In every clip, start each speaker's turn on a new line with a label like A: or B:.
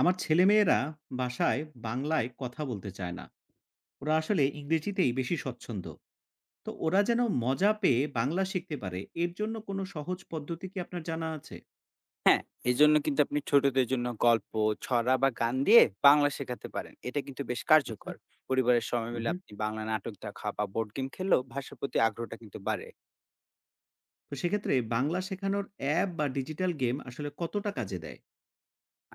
A: আমার ছেলেমেয়েরা বাসায় বাংলায় কথা বলতে চায় না। ওরা আসলে ইংরেজিতেই বেশি স্বচ্ছন্দ। তো ওরা যেন মজা পেয়ে বাংলা শিখতে পারে, এর জন্য কোনো সহজ পদ্ধতি কি আপনার জানা আছে?
B: হ্যাঁ, এজন্য কিন্তু আপনি ছোটদের জন্য গল্প, ছড়া বা গান দিয়ে বাংলা শেখাতে পারেন। এটা কিন্তু বেশ
A: আচ্ছা।
B: কার্যকর। পরিবারের সময় মিলে
A: হুম।
B: আপনি বাংলা নাটক দেখা বা বোর্ড গেম খেললেও ভাষার প্রতি আগ্রহটা কিন্তু বাড়ে।
A: তো সেক্ষেত্রে বাংলা শেখানোর অ্যাপ বা ডিজিটাল গেম আসলে কতটা কাজে দেয়?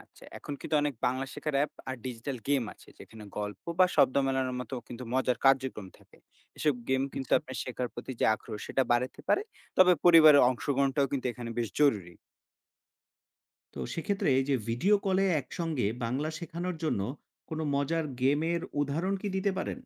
B: আচ্ছা, এখন কিন্তু অনেক বাংলা শেখার অ্যাপ আর ডিজিটাল গেম আছে যেখানে গল্প বা শব্দ মেলানোর মতো কিন্তু মজার কার্যক্রম থাকে। এসব গেম কিন্তু
A: আচ্ছা।
B: আপনার শেখার প্রতি যে আগ্রহ সেটা বাড়াতে পারে। তবে পরিবারের অংশগ্রহণটাও কিন্তু এখানে বেশ জরুরি।
A: তো সেক্ষেত্রে এই যে ভিডিও কলে একসঙ্গে বাংলা শেখানোর জন্য কোনো মজার গেমের উদাহরণ কি দিতে পারেন?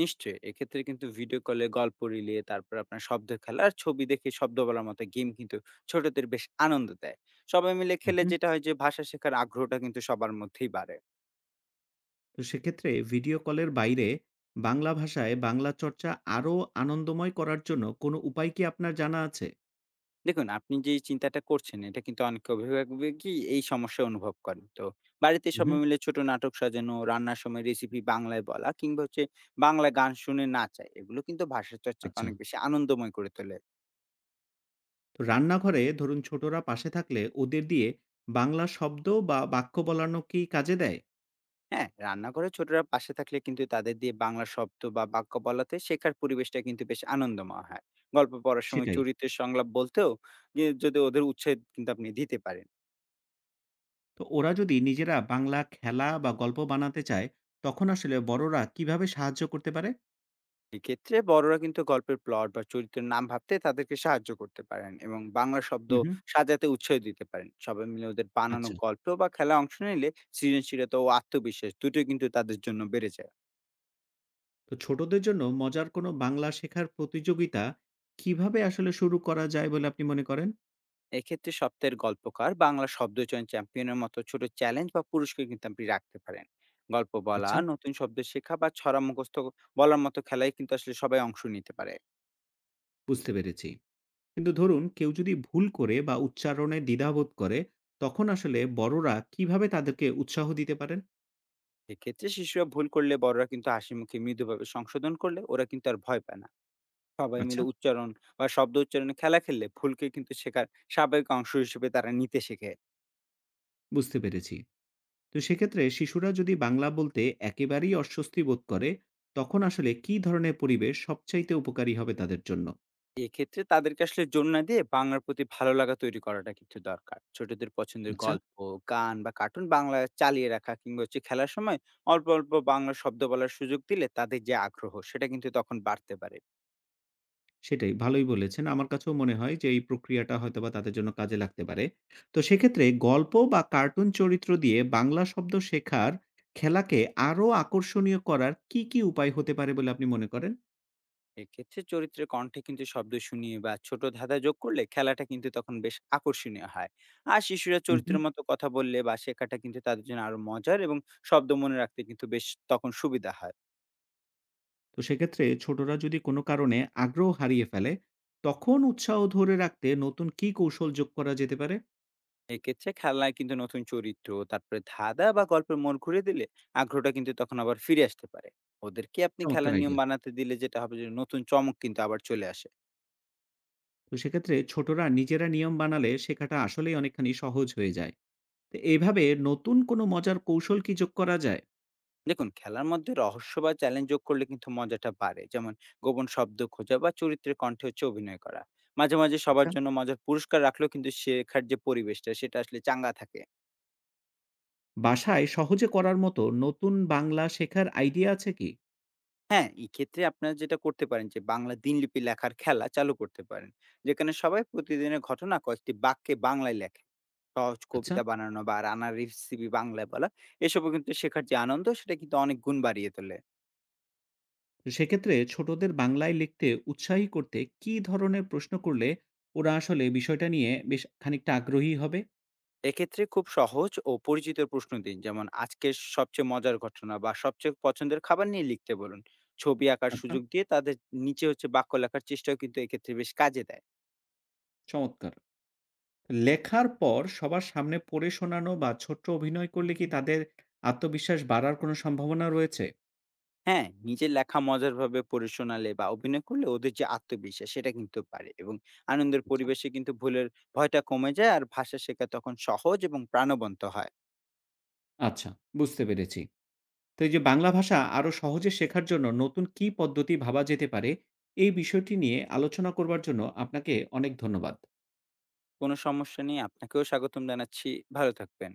B: নিশ্চয়ই। এক্ষেত্রে কিন্তু ভিডিও কলে গল্প রিলে, তারপর আপনার শব্দের খেলা আর ছবি দেখে শব্দ বলার মতো গেম কিন্তু ছোটদের বেশ আনন্দ দেয়। সবাই মিলে খেলে
A: হুম।
B: যেটা হয় যে ভাষা শেখার আগ্রহটা কিন্তু সবার মধ্যেই বাড়ে।
A: তো সেক্ষেত্রে ভিডিও কলের বাইরে বাংলা ভাষায় বাংলা চর্চা আরো আনন্দময় করার জন্য কোনো উপায় কি আপনার জানা আছে?
B: দেখুন, আপনি যে চিন্তাটা করছেন এটা কিন্তু অনেক অভিভাবকই এই সমস্যা অনুভব করেন। তো বাড়িতে সবাই
A: উহু।
B: মিলে ছোট নাটক সাজানো, রান্নার সময় রেসিপি বাংলায় বলা কিংবা হচ্ছে বাংলা গান শুনে নাচা এগুলো কিন্তু ভাষা চর্চাকে
A: আচ্ছা।
B: অনেক বেশি আনন্দময় করে তোলে।
A: তো রান্নাঘরে ধরুন ছোটরা পাশে থাকলে ওদের দিয়ে বাংলা শব্দ বা বাক্য বলানো কি কাজে দেয়?
B: হ্যাঁ, রান্নাঘরে ছোটরা পাশে থাকলে কিন্তু তাদের দিয়ে বাংলা শব্দ বা বাক্য বলাতে শেখার পরিবেশটা কিন্তু বেশ আনন্দময় হয়। গল্প পড়ার সময়
A: সেটাই।
B: চরিত্রের সংলাপ বলতেও ই যদি ওদের উৎসাহ কিন্তু আপনি দিতে পারেন।
A: তো ওরা যদি নিজেরা বাংলা খেলা বা গল্প বানাতে চায়, তখন আসলে বড়রা কিভাবে সাহায্য করতে পারে?
B: এক্ষেত্রে বড়রা কিন্তু গল্পের প্লট বা চরিত্রের নাম ভাবতে তাদেরকে সাহায্য করতে পারেন এবং বাংলা শব্দ
A: উহু।
B: সাজাতে উৎসাহ দিতে পারেন। সবাই মিলে ওদের বানানো
A: আচ্ছা।
B: গল্প বা খেলায় অংশ নিলে সৃজনশীলতা ও আত্মবিশ্বাস দুটোই কিন্তু তাদের জন্য বেড়ে যায়।
A: তো ছোটদের জন্য মজার কোনো বাংলা শেখার প্রতিযোগিতা কিভাবে আসলে শুরু করা যায় বলে আপনি মনে করেন?
B: এক্ষেত্রে সপ্তাহের গল্পকার বাংলা শব্দচয়ন চ্যাম্পিয়নের মতো ছোট চ্যালেঞ্জ বা পুরস্কার কিন্তু আপনি রাখতে পারেন। গল্প বলা,
A: আচ্ছা।
B: নতুন শব্দ শেখা বা ছড়া মুখস্থ বলার মতো খেলায় কিন্তু আসলে সবাই অংশ নিতে পারে।
A: বুঝতে পেরেছি। কিন্তু ধরুন কেউ যদি ভুল করে বা উচ্চারণে দ্বিধাবোধ করে, তখন আসলে বড়রা কিভাবে তাদেরকে উৎসাহ দিতে পারেন?
B: এক্ষেত্রে শিশুরা ভুল করলে বড়রা কিন্তু হাসি মুখে মৃদুভাবে সংশোধন করলে ওরা কিন্তু আর ভয় পায় না। সবাই
A: আচ্ছা।
B: মিলে উচ্চারণ বা শব্দ উচ্চারণে খেলা খেললে ভুলকে কিন্তু শেখার স্বাভাবিক অংশ হিসেবে তারা নিতে শেখে।
A: বুঝতে পেরেছি। তো সেক্ষেত্রে শিশুরা যদি বাংলা বলতে একেবারেই অস্বস্তি বোধ করে, তখন আসলে কি ধরনের পরিবেশ সবচাইতে উপকারী হবে তাদের জন্য?
B: এক্ষেত্রে তাদেরকে আসলে জোর না দিয়ে বাংলার প্রতি ভালো লাগা তৈরি করাটা কিন্তু দরকার। ছোটদের পছন্দের
A: আচ্ছা।
B: গল্প, গান বা কার্টুন বাংলায় চালিয়ে রাখা কিংবা হচ্ছে খেলার সময় অল্প অল্প বাংলা শব্দ বলার সুযোগ দিলে তাদের যে আগ্রহ সেটা কিন্তু তখন বাড়তে পারে।
A: সেটাই, ভালোই বলেছেন। আমার কাছেও মনে হয় যে এই প্রক্রিয়াটা হয়তোবা তাদের জন্য কাজে লাগতে পারে। তো সেক্ষেত্রে গল্প বা কার্টুন চরিত্র দিয়ে বাংলা শব্দ শেখার খেলাকে আরো আকর্ষণীয় করার কি, কি উপায় হতে পারে বলে আপনি মনে করেন?
B: এক্ষেত্রে চরিত্রের কণ্ঠে কিন্তু শব্দ শুনিয়ে বা ছোট ধাঁধা যোগ করলে খেলাটা কিন্তু তখন বেশ আকর্ষণীয় হয়। আর শিশুরা
A: হুম, হুম।
B: চরিত্রের মতো কথা বললে বা শেখাটা কিন্তু তাদের জন্য আরো মজার এবং শব্দ মনে রাখতে কিন্তু বেশ তখন সুবিধা হয়।
A: তো সেক্ষেত্রে ছোটরা যদি কোনো কারণে আগ্রহ হারিয়ে ফেলে, তখন উৎসাহ ধরে রাখতে নতুন কি কৌশল যোগ করা যেতে পারে?
B: এক্ষেত্রে খেলনায় কিন্তু নতুন চরিত্র, তারপরে ধাঁধা বা গল্পের মোড় ঘুরে দিলে আগ্রহটা কিন্তু তখন আবার ফিরে আসতে পারে। ওদেরকে আপনি
A: চমৎকার
B: খেলার নিয়ম
A: আইডিয়া।
B: বানাতে দিলে যেটা হবে যে নতুন চমক কিন্তু আবার চলে আসে।
A: তো সেক্ষেত্রে ছোটরা নিজেরা নিয়ম বানালে শেখাটা আসলেই অনেকখানি সহজ হয়ে যায়। তো এভাবে নতুন কোনো মজার কৌশল কি যোগ করা যায়?
B: দেখুন, খেলার মধ্যে রহস্য বা চ্যালেঞ্জ যোগ করলে কিন্তু মজাটা বাড়ে। যেমন গোপন শব্দ খোঁজা বা চরিত্রের কণ্ঠে হচ্ছে অভিনয় করা। মাঝে মাঝে সবার
A: আচ্ছা।
B: জন্য মজার পুরস্কার রাখলেও কিন্তু শেখার যে পরিবেশটা সেটা আসলে চাঙ্গা থাকে।
A: বাসায় সহজে করার মতো নতুন বাংলা শেখার আইডিয়া আছে কি?
B: হ্যাঁ, এক্ষেত্রে আপনারা যেটা করতে পারেন যে বাংলা দিনলিপি লেখার খেলা চালু করতে পারেন, যেখানে সবাই প্রতিদিনের ঘটনা কয়েকটি বাক্যে বাংলায় লেখে। সহজ
A: আচ্ছা।
B: কবিতা বানানো বা রান্নার রেসিপি বাংলায় বলা এসবও কিন্তু শেখার যে আনন্দ সেটা কিন্তু অনেক গুণ বাড়িয়ে তোলে।
A: তো সেক্ষেত্রে ছোটদের বাংলায় লিখতে উৎসাহী করতে কি ধরনের প্রশ্ন করলে ওরা আসলে বিষয়টা নিয়ে বেশ খানিকটা আগ্রহী হবে?
B: এক্ষেত্রে খুব সহজ ও পরিচিত প্রশ্ন দিন। যেমন আজকের সবচেয়ে মজার ঘটনা বা সবচেয়ে পছন্দের খাবার নিয়ে লিখতে বলুন। ছবি আঁকার
A: আচ্ছা।
B: সুযোগ দিয়ে তাদের নিচে হচ্ছে বাক্য লেখার চেষ্টাও কিন্তু এক্ষেত্রে বেশ কাজে দেয়।
A: চমৎকার। লেখার পর সবার সামনে পড়ে শোনানো বা ছোট্ট অভিনয় করলে কি তাদের আত্মবিশ্বাস বাড়ার কোনো সম্ভাবনা রয়েছে?
B: হ্যাঁ, নিজের লেখা মজারভাবে পড়ে শোনালে বা অভিনয় করলে ওদের যে আত্মবিশ্বাস সেটা কিন্তু বাড়ে, এবং আনন্দের
A: আচ্ছা।
B: পরিবেশে কিন্তু ভুলের ভয়টা কমে যায় আর ভাষা শেখা তখন সহজ এবং প্রাণবন্ত হয়।
A: আচ্ছা, বুঝতে পেরেছি। তো এই যে বাংলা ভাষা আরো সহজে শেখার জন্য নতুন কি পদ্ধতি ভাবা যেতে পারে, এই বিষয়টি নিয়ে আলোচনা করবার জন্য আপনাকে অনেক ধন্যবাদ।
B: কোনো সমস্যা নেই, আপনাকেও স্বাগতম জানাচ্ছি। ভালো থাকবেন।